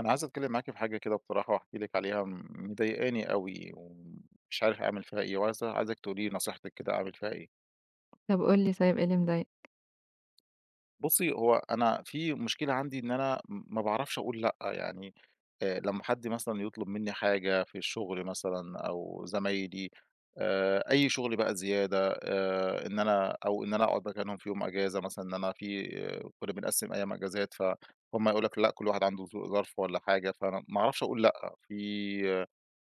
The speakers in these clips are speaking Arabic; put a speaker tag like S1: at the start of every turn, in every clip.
S1: أنا عايز أتكلم معاكِ في حاجة كده بصراحة وأحكي لِك عليها مضايقاني أوي، ومش عارف أعمل فيها إيه، وعايزة عايزِك تقولي لي نصيحتِك كده أعمل فيها إيه.
S2: طب قُل لي طيب إيه اللي مضايقك؟
S1: بُصّي، هو أنا في مشكلة عندي إن أنا ما باعرفش أقول لأ، يعني لمّا حد مثلًا يطلب منّي حاجة في الشغل مثلًا أو زمايلي أي شغل بقى زيادة إن أنا أقعد مكانهم في يوم أجازة مثلًا، إن أنا في آه، كُنّا بنقسّم أيام أجازات، فهُم يقولوا لك لأ، كل واحد عنده ظرف والّا حاجة، فأنا ما أعرفش أقول لأ، في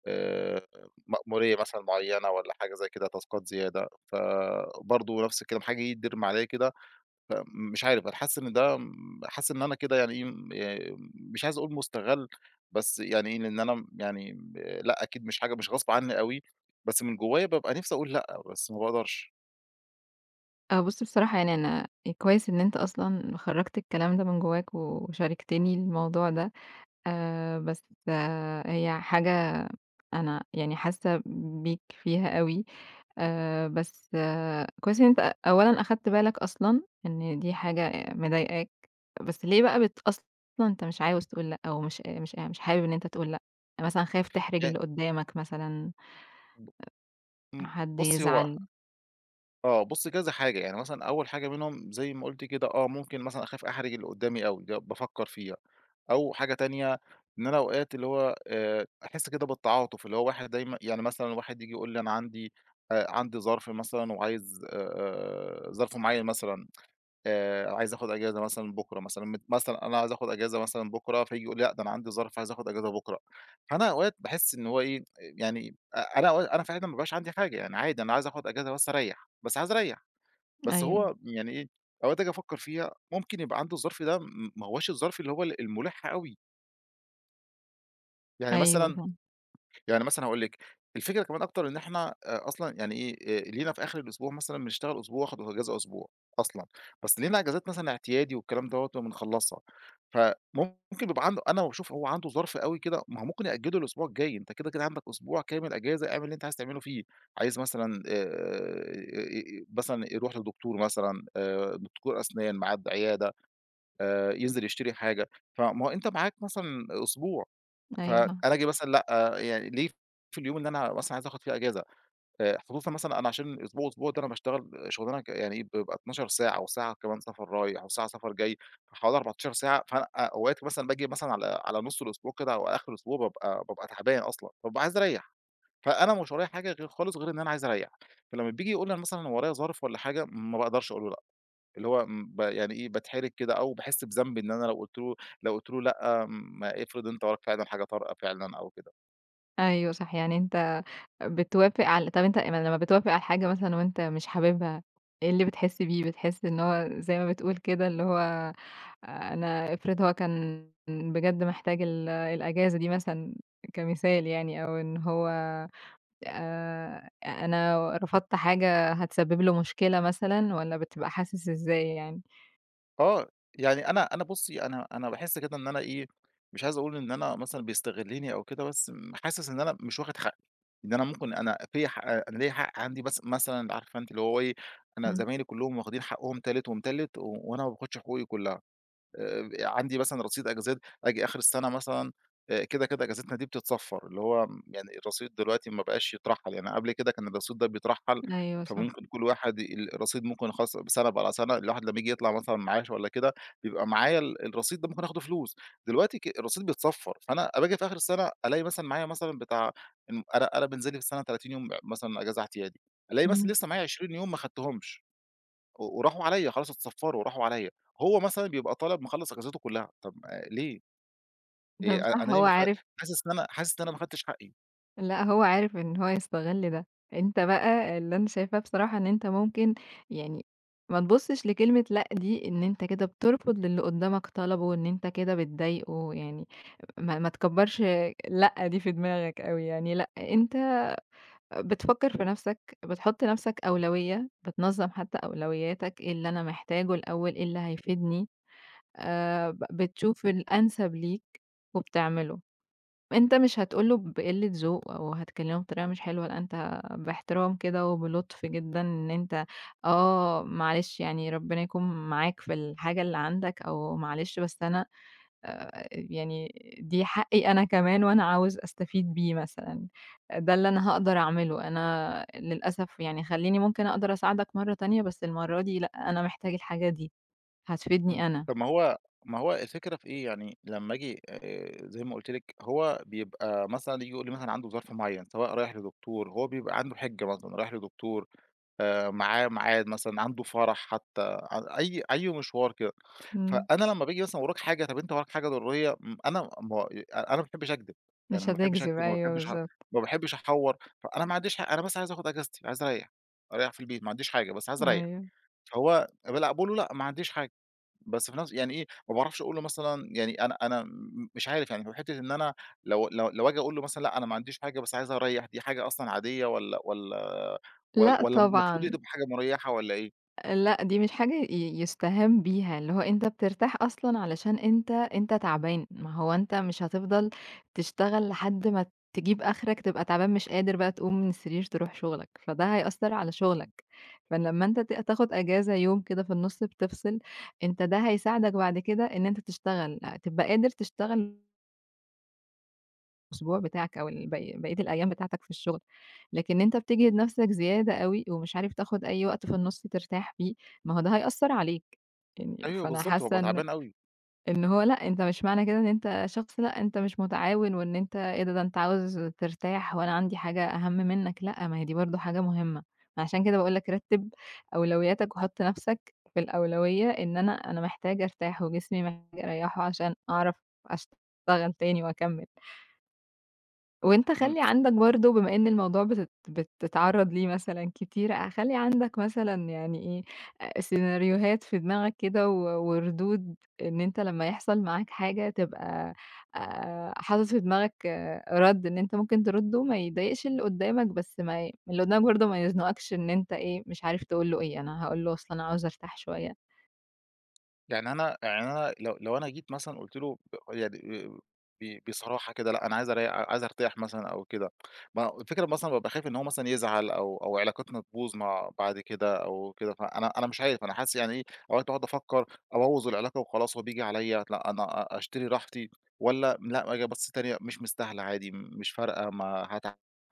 S1: آآ مأمورية مثلًا معيّنة والّا حاجة زي كده، تاسكات زيادة، فبرضه نفس الكلام، حاجة ييجي يترمي عليَّ كده، فمش عارف، أنا حاسس إن ده م حاسس إن أنا كده يعني إيه، م مش عايز أقول مُستغَل، بس يعني إيه، لإن أنا يعني لأ، أكيد مش حاجة مش غصب عني أوي، بس من جوايا بابقى نفسي أقول لأ، بس ما باقدرش.
S2: آه بُص بصراحة يعني أنا كويس إن أنت أصلًا خرّجت الكلام ده من جواك وشاركتني الموضوع ده، بس آه هي حاجة أنا يعني حاسة بيك فيها أوي، بس آه كويس إن أنت أولًا أخدت بالك أصلًا إن دي حاجة مضايقاك. بس ليه بقى أصلًا أنت مش عاوز تقول لأ أو مش حابب إن أنت تقول لأ؟ يعني مثلًا خايف تحرج
S1: يعني
S2: اللي قدّامك مثلًا،
S1: ب إمم،
S2: حد
S1: بُصّي،
S2: يزعل.
S1: آه، بُص كذا حاجة، يعني مثلًا أول حاجة منهم زي ما قُلت كده ممكن مثلًا أخاف أحرج اللي قدّامي أوي، ده بافكّر فيها، أو حاجة تانية إن أنا أوقات اللي هو أحس كده بالتعاطف، اللي هو واحد دايمًا يعني مثلًا واحد ييجي يقول لي أنا عندي عندي ظرف مثلًا وعايز ظرف معيّن مثلًا عايز آخُد أجازة مثلًا بُكرة مثلًا، مثلًا أنا عايز آخُد أجازة مثلًا بُكرة، فييجي يقول لي لأ ده أنا عندي ظرف عايز آخُد أجازة بُكرة، فأنا أوقات باحس إن هو إيه، يعني أنا أوقات أنا فعلًا ما بيبقاش عندي حاجة، يعني عادي أنا عايز آخُد أجازة بس أريّح، بس عايز أريّح، بس
S2: أيوه،
S1: هو يعني إيه، أوقات آجي أفكّر فيها ممكن يبقى عنده الظرف ده ما هواش الظرف اللي هو المُلِح أوي، يعني
S2: أيوه
S1: مثلًا
S2: فاهمة،
S1: هاقول لِك، الفكرة كمان أكتر إن إحنا أصلًا يعني إيه، لينا في آخر الأسبوع مثلًا بنشتغل أسبوع واخد إجازة أسبوع أصلًا، بس لينا إجازات مثلًا اعتيادي والكلام دوّة ما بنخلّصها، فممكن بيبقى عنده أنا باشوف هو عنده ظرف أوي كده، ما هو ممكن يأجّله الأسبوع الجاي، أنت كده، كده عندك أسبوع كامل إجازة، اعمل اللي أنت عايز تعمله فيه، عايز مثلًا مثلًا يروح لدكتور مثلًا دكتور أسنان، ميعاد عيادة، ينزل يشتري حاجة، فما هو أنت معاك مثلًا أسبوع.
S2: أيوه
S1: فأنا
S2: فاهمة.
S1: آجي مثلًا لأ، يعني ليه في اليوم اللي أنا مثلًا عايز آخُد فيه أجازة، خصوصًا مثلًا أنا عشان الأسبوع والأسبوع ده أنا باشتغل شُغلانة يعني إيه، بيبقى 12 ساعة وساعة كمان سَفَر رايح وساعة سَفَر جاي، فحوالي 14 ساعة، فأنا أوقات مثلًا باجي مثلًا على نُص الأسبوع كده أو آخر الأسبوع بابقى تعبان أصلًا، بابقى عايز أريّح، فأنا مش ورايا حاجة غير خالص غير إن أنا عايز أريّح، فلمّا بييجي يقول لي أنا مثلًا ورايا ظرف والّا حاجة، ما باقدرش أقول له لأ. اللي هو م ب يعني إيه، باتحرج كده أو باحس بذنب إن أنا لو قُلت له لأ، ما افرض أنت وراك فعلًا حاجة طارئة فعلًا أو كده.
S2: أيوه صح، يعني أنت بتوافق على طَب أنت أما لمّا بتوافق على حاجة مثلًا وأنت مش حاببها، إيه اللي بتحس بيه؟ بتحس إن هو زي ما بتقول كده اللي هو أنا افرض هو كان بجد محتاج الأجازة دي مثلًا كمثال يعني، أو إن هو أنا رفضت حاجة هتسبب له مشكلة مثلًا والّا بتبقى حاسس إزاي يعني؟
S1: آه، يعني أنا بُصّي، أنا باحس كده إن أنا إيه، مش عايز أقول إن أنا مثلًا بيستغلّني أو كده، بس حاسس إن أنا مش واخد حقّي، إن أنا ممكن أنا فيّا حق أنا ليّا حق عندي بس مثلًا عارفة أنتِ اللي هو إيه، أنا
S2: إمم،
S1: زمايلي كلّهم واخدين حقّهم تالت ومتلّت وأنا ما باخدش حقوقي كلّها. عندي مثلًا رصيد أجازات، آجي آخر السنة مثلًا كده، كده أجازتنا دي بتتصفّر، اللي هو يعني الرصيد دلوقتي ما بقاش يترحّل، يعني قبل كده كان الرصيد ده بيترحّل،
S2: أيوه صح،
S1: فممكن كل واحد الرصيد ممكن خلاص سَنة بقى على سَنة، الواحد لمّا ييجي يطلع مثلًا معاش والّا كده، بيبقى معايا الرصيد ده ممكن آخده فلوس، دلوقتي الرصيد بيتصفّر، فأنا أما آجي في آخر السنة ألاقي مثلًا معايا مثلًا بتاع إن أنا بينزل لي في السنة 30 يوم مثلًا أجازة اعتيادي، ألاقي مثلًا
S2: إمم،
S1: لسه معايا 20 يوم ما خدتهمش. وراحوا عليّا خلاص اتصفّروا وراحوا عليّا، هو مثلًا بيبقى طالب مخلّص أجازته كلّها، طَب ليه؟
S2: طَب صح
S1: أنا ليه
S2: هو
S1: ما خ
S2: عارف.
S1: حاسس إن أنا ما خدتش حقّي.
S2: لأ، هو عارف إن هو يستغل ده. أنت بقى اللي أنا شايفاه بصراحة إن أنت ممكن يعني ما تبُصّش لكلمة لأ دي. إن أنت كده بترفض للي قدّامك طلبه وإن أنت كده بتضايقه، يعني ما تكبّرش لأ دي في دماغك أوي يعني. لأ، أنت بتفكّر في نَفْسك، بتحُط لنَفْسك أولوية، بتنظّم حتّى أولوياتك، إيه اللي أنا محتاجه الأول، إيه اللي هيفيدني، ب بتشوف الأنسب ليك وبتعمله. أنت مش هتقول له بقِلّة ذوق أو هتكلمه بطريقة مش حلوة، لأ أنت باحترام كده وبلطف جدًا إن أنت آه، معلش يعني ربنا يكون معاك في الحاجة اللي عندك أو معلش بس أنا يعني دي حقي أنا كمان وأنا عاوز أستفيد بيه مثلًا، ده اللي أنا هاقدر أعمله. أنا للأسف يعني خلّيني ممكن أقدر أساعدك مرّة تانية بس المرّة دي لأ، أنا محتاج الحاجة دي،
S1: إمم.
S2: هتفيدني أنا.
S1: طب ما هو الفكرة في إيه، يعني لمّا آجي زي ما قُلت لِك هو بيبقى مثلًا ييجي يقول لي مثلًا عنده ظرف معيّن، سواء رايح لدكتور، هو بيبقى عنده حِجّة مثلًا رايح لدكتور، معاه ميعاد مثلًا، عنده فرح حتّى، أي مشوار كده.
S2: إمم،
S1: فأنا لمّا باجي مثلًا وراك حاجة، طب أنت وراك حاجة ضرورية، أنا ما باحبّش أكدب، يعني
S2: مش
S1: ما باحبّش
S2: هتكذب
S1: أكدب،
S2: أيوه بالضبط،
S1: ما باحبّش أحوّر، فأنا ما عنديش أنا بس عايز آخُد أجازتي، عايز أريّح، أريّح في البيت، ما عنديش حاجة، بس عايز أريّح.
S2: أيوه.
S1: فهو لأ باقول له: "لأ، ما عنديش حاجة." بس في نفس يعني إيه، ما باعرفش أقول له مثلًا يعني أنا مش عارف يعني في حتّة إن أنا لو آجي أقول له مثلًا لأ أنا ما عنديش حاجة بس عايز أريّح، دي حاجة أصلًا عادية
S2: لأ
S1: والّا المفروض
S2: طبعًا،
S1: دي تبقى حاجة مريّحة والّا إيه؟
S2: لأ، دي مش حاجة يُستهان بيها، اللي هو أنت بترتاح أصلًا علشان أنت تعبان، ما هو أنت مش هتفضل تشتغل لحد ما تجيب آخرك تبقى تعبان مش قادر بقى تقوم من السرير تروح شغلك، فده هيأثّر على شغلك، فلمّا أنت تاخد إجازة يوم كده في النُص بتفصل، أنت ده هيساعدك بعد كده إن أنت تشتغل، تبقى قادر تشتغل الأسبوع بتاعك أو بقية الأيام بتاعتك في الشغل، لكن أنت بتجهد نفسك زيادة أوي ومش عارف تاخد أي وقت في النُص ترتاح فيه، ما هو ده هيأثّر عليك، يعني
S1: أيوه
S2: فأنا
S1: بالضبط،
S2: حاسة
S1: بابقى
S2: إن
S1: تعبان أوي.
S2: إن هو لأ، أنت مش معنى كده إن أنت شخص لأ، أنت مش متعاون وإن أنت إيه ده، ده أنت عاوز ترتاح وأنا عندي حاجة أهم منّك، لأ، ما هي دي برضه حاجة مهمة، عشان كده باقول لك رتّب أولوياتك وحُط نفسك في الأولوية إن أنا محتاج أرتاح وجسمي محتاج أريّحه عشان أعرف أشتغل تاني وأكمّل. وأنت
S1: إمم.
S2: خلّي عندك برضه بما إن الموضوع بتتعرّض ليه مثلًا كتير، خلّي عندك مثلًا يعني إيه، سيناريوهات في دماغك كده و وردود إن أنت لمّا يحصل معاك حاجة تبقى حاطط في دماغك آه، رَد إن أنت ممكن ترُدّه ما يضايقش اللي قُدّامك، بس ما ي اللي قُدّامك برضه ما يزنقكش إن أنت إيه، مش عارف تقول له إيه، أنا هاقول له أصل أنا عاوز أرتاح شوية.
S1: يعني أنا لو أنا جيت مثلًا قُلت له ب يعني ب ب بصراحة كده لأ، أنا عايز أريّح عايز أرتاح مثلًا أو كده، ما الفكرة مثلًا بابقى خايف إن هو مثلًا يزعل أو علاقتنا تبوظ مع بعد كده أو كده، أنا مش عارف، أنا حاسس يعني إيه أوقات باقعد أفكّر أبوّظ العلاقة وخلاص هو بييجي عليّا، لأ أنا أشتري راحتي والّا لأ آجي أبُص تاني مش مستاهلة عادي، مش فارقة ما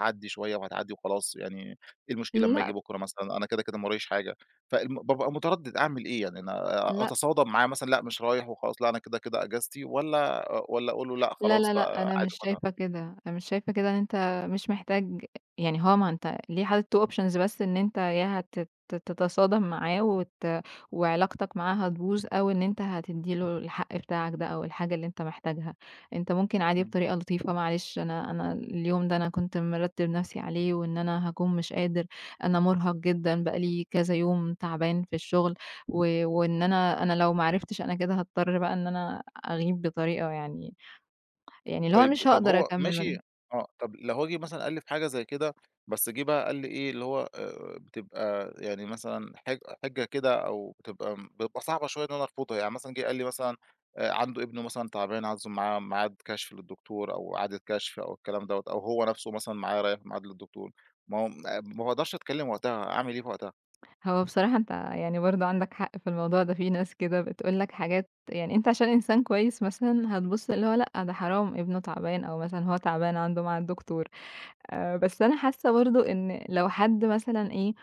S1: هتعدّي شوية وهتعدّي وخلاص، يعني إيه المشكلة أمّا آجي
S2: لأ،
S1: بكرة مثلًا، أنا كده، كده ما وراييش حاجة. بابقى متردد أعمل إيه، يعني أنا
S2: لأ
S1: أتصادم معاه مثلًا لأ مش رايح وخلاص، لأ أنا كده، كده أجازتي والّا أقول له لأ
S2: لا،
S1: خلاص
S2: لا، لأ،
S1: بقى
S2: أنا
S1: عادي
S2: مش
S1: خدها؟
S2: شايفة كده، أنا مش شايفة كده إن أنت مش محتاج يعني. هو ما أنت ليه حاطط 2 options بس، إن أنت يا هت ت تتصادم معاه وعلاقتك معاه هتبوظ أو إن أنت هتدّي له الحق بتاعك ده أو الحاجة اللي أنت محتاجها، أنت ممكن عادي
S1: إمم.
S2: بطريقة لطيفة معلش أنا اليوم ده أنا كنت مرتّب نفسي عليه وإن أنا هاكون مش قادر، أنا مرهق جدًا بقى لي كذا يوم تعبان في الشغل و وإن أنا لو ما عرفتش أنا كده هاضطر بقى إن أنا أغيب بطريقة يعني، يعني اللي هو أنا
S1: طيب
S2: مش هاقدر
S1: هو
S2: أكمّل ما
S1: ماشي
S2: دام.
S1: آه، طب لو هاجي مثلًا ألِّف حاجة زي كده، بس جِه بقى قال لي إيه، اللي هو بتبقى يعني مثلًا حِجّة كده أو بتبقى صعبة شوية إن أنا أرفضها، يعني مثلًا جِه قال لي مثلًا عنده ابنه مثلًا تعبان عازمه معاه ميعاد كشف للدكتور أو إعادة كشف أو الكلام دوّة، أو هو نَفْسه مثلًا معاه رايح ميعاد للدكتور، ما هو ما باقدرش أتكلّم وقتها، أعمل إيه في وقتها؟
S2: هو بصراحة أنت يعني برضه عندك حق في الموضوع ده، في ناس كده بتقول لك حاجات يعني أنت عشان إنسان كويس مثلًا هتبُص اللي هو لأ ده حرام ابنه تعبان أو مثلًا هو تعبان عنده ميعاد دكتور، بس أنا حاسة برضه إن لو حد مثلًا إيه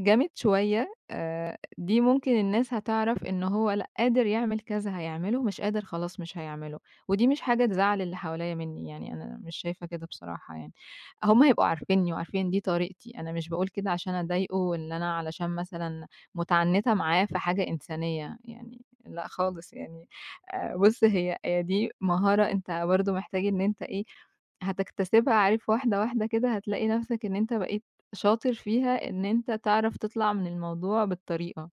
S2: جامد شوية دي ممكن الناس هتعرف إن هو لأ، قادر يعمل كذا هيعمله، مش قادر خلاص مش هيعمله، ودي مش حاجة تزعّل اللي حواليّا منّي، يعني أنا مش شايفة كده بصراحة يعني، هُم هيبقوا عارفينّي وعارفين دي طريقتي، أنا مش باقول كده عشان أضايقه والّا أنا علشان مثلًا متعنتة معاه في حاجة إنسانية يعني، لأ خالص يعني، بُص هي دي مهارة أنت برضه محتاج إن أنت إيه، هتكتسبها عارف. واحدة واحدة كده هتلاقي نفْسك إن أنت بقيت شاطر فيها إن أنت تعرف تطلع من الموضوع بالطريقة،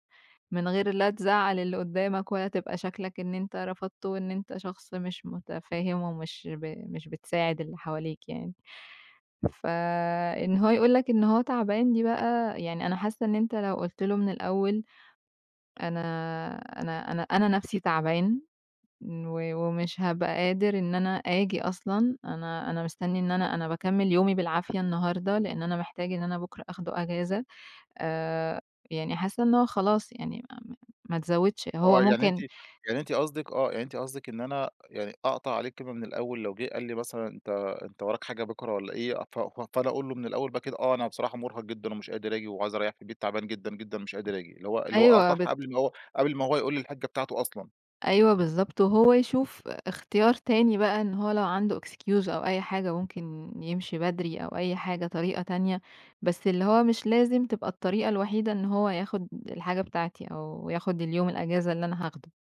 S2: من غير لا تزعّل اللي قدّامك ولا تبقى شكلك إن أنت رفضته وإن أنت شخص مش متفاهم ومش مش بتساعد اللي حواليك يعني. فإن هو يقول لك إن هو تعبان دي بقى، يعني أنا حاسة إن أنت لو قُلت له من الأول أنا أنا نَفْسي تعبان و ومش هابقى قادر إن أنا آجي أصلًا، أنا مستني إن أنا باكمّل يومي بالعافية النهارده لإن أنا محتاج إن أنا بكرة آخده أجازة. آآ، يعني حاسة إن هو خلاص يعني ما تزوّدش، هو
S1: آه،
S2: ممكن
S1: يعني أنتِ قصدِك إن أنا يعني أقطع عليه الكلمة من الأول لو جه قال لي مثلًا أنت وراك حاجة بكرة والّا إيه، فأنا أقول له من الأول بقى كده أنا بصراحة مرهق جدًا ومش قادر آجي وعايز أريّح في البيت، تعبان جدًا، جدًا، مش قادر آجي، اللي هو
S2: أيوه
S1: أقاطعها قبل ما هو يقول لي الحجة بتاعته أصلًا.
S2: أيوه بالضبط، وهو يشوف اختيار تاني بقى إن هو لو عنده excuse أو أي حاجة ممكن يمشي بدري أو أي حاجة طريقة تانية، بس اللي هو مش لازم تبقى الطريقة الوحيدة إن هو ياخد الحاجة بتاعتي أو ياخد اليوم الأجازة اللي أنا هاخده،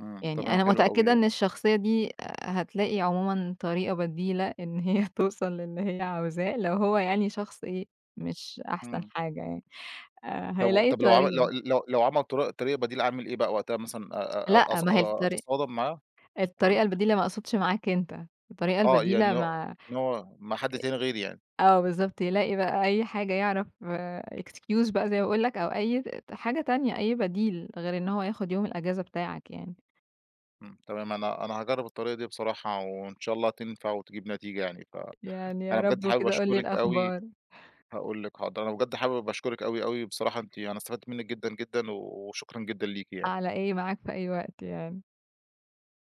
S1: إمم،
S2: يعني
S1: تمام
S2: أنا
S1: حلو أوي،
S2: متأكدة إن الشخصية دي هتلاقي عمومًا طريقة بديلة إن هي توصل للي هي عاوزاه، لو هو يعني شخص إيه، مش أحسن
S1: إمم.
S2: حاجة يعني. هيلاقي
S1: طب لو عمل لو
S2: طريقة.
S1: لو لو عمل طريقة بديلة أعمل إيه بقى وقتها مثلًا
S2: لأ، ما هي
S1: أتصادم معاه والّا
S2: الطريقة البديلة ما اقصدش معاك أنت، الطريقة
S1: آه، يعني
S2: البديلة
S1: هو
S2: مع
S1: إن هو مع حد تاني غيري يعني.
S2: آه بالضبط، يلاقي بقى أي حاجة يعرف excuse بقى زي ما باقول لك أو أي ت حاجة تانية، أي بديل غير إن هو ياخد يوم الأجازة بتاعك يعني.
S1: إمم، تمام، أنا هاجرّب الطريقة دي بصراحة وإن شاء الله تنفع وتجيب نتيجة يعني، فأنا
S2: يعني يا
S1: بجد
S2: رب
S1: حابب
S2: كده قُل لي
S1: أشكرِك أوي
S2: الأخبار،
S1: هاقول لِك حاضر، أنا بجد حابب أشكرِك أوي، أوي بصراحة أنتِ أنا استفدت منِّك جدًا، جدًا، وشكرًا جدًا ليكِ يعني.
S2: على إيه معاك في أي وقت يعني.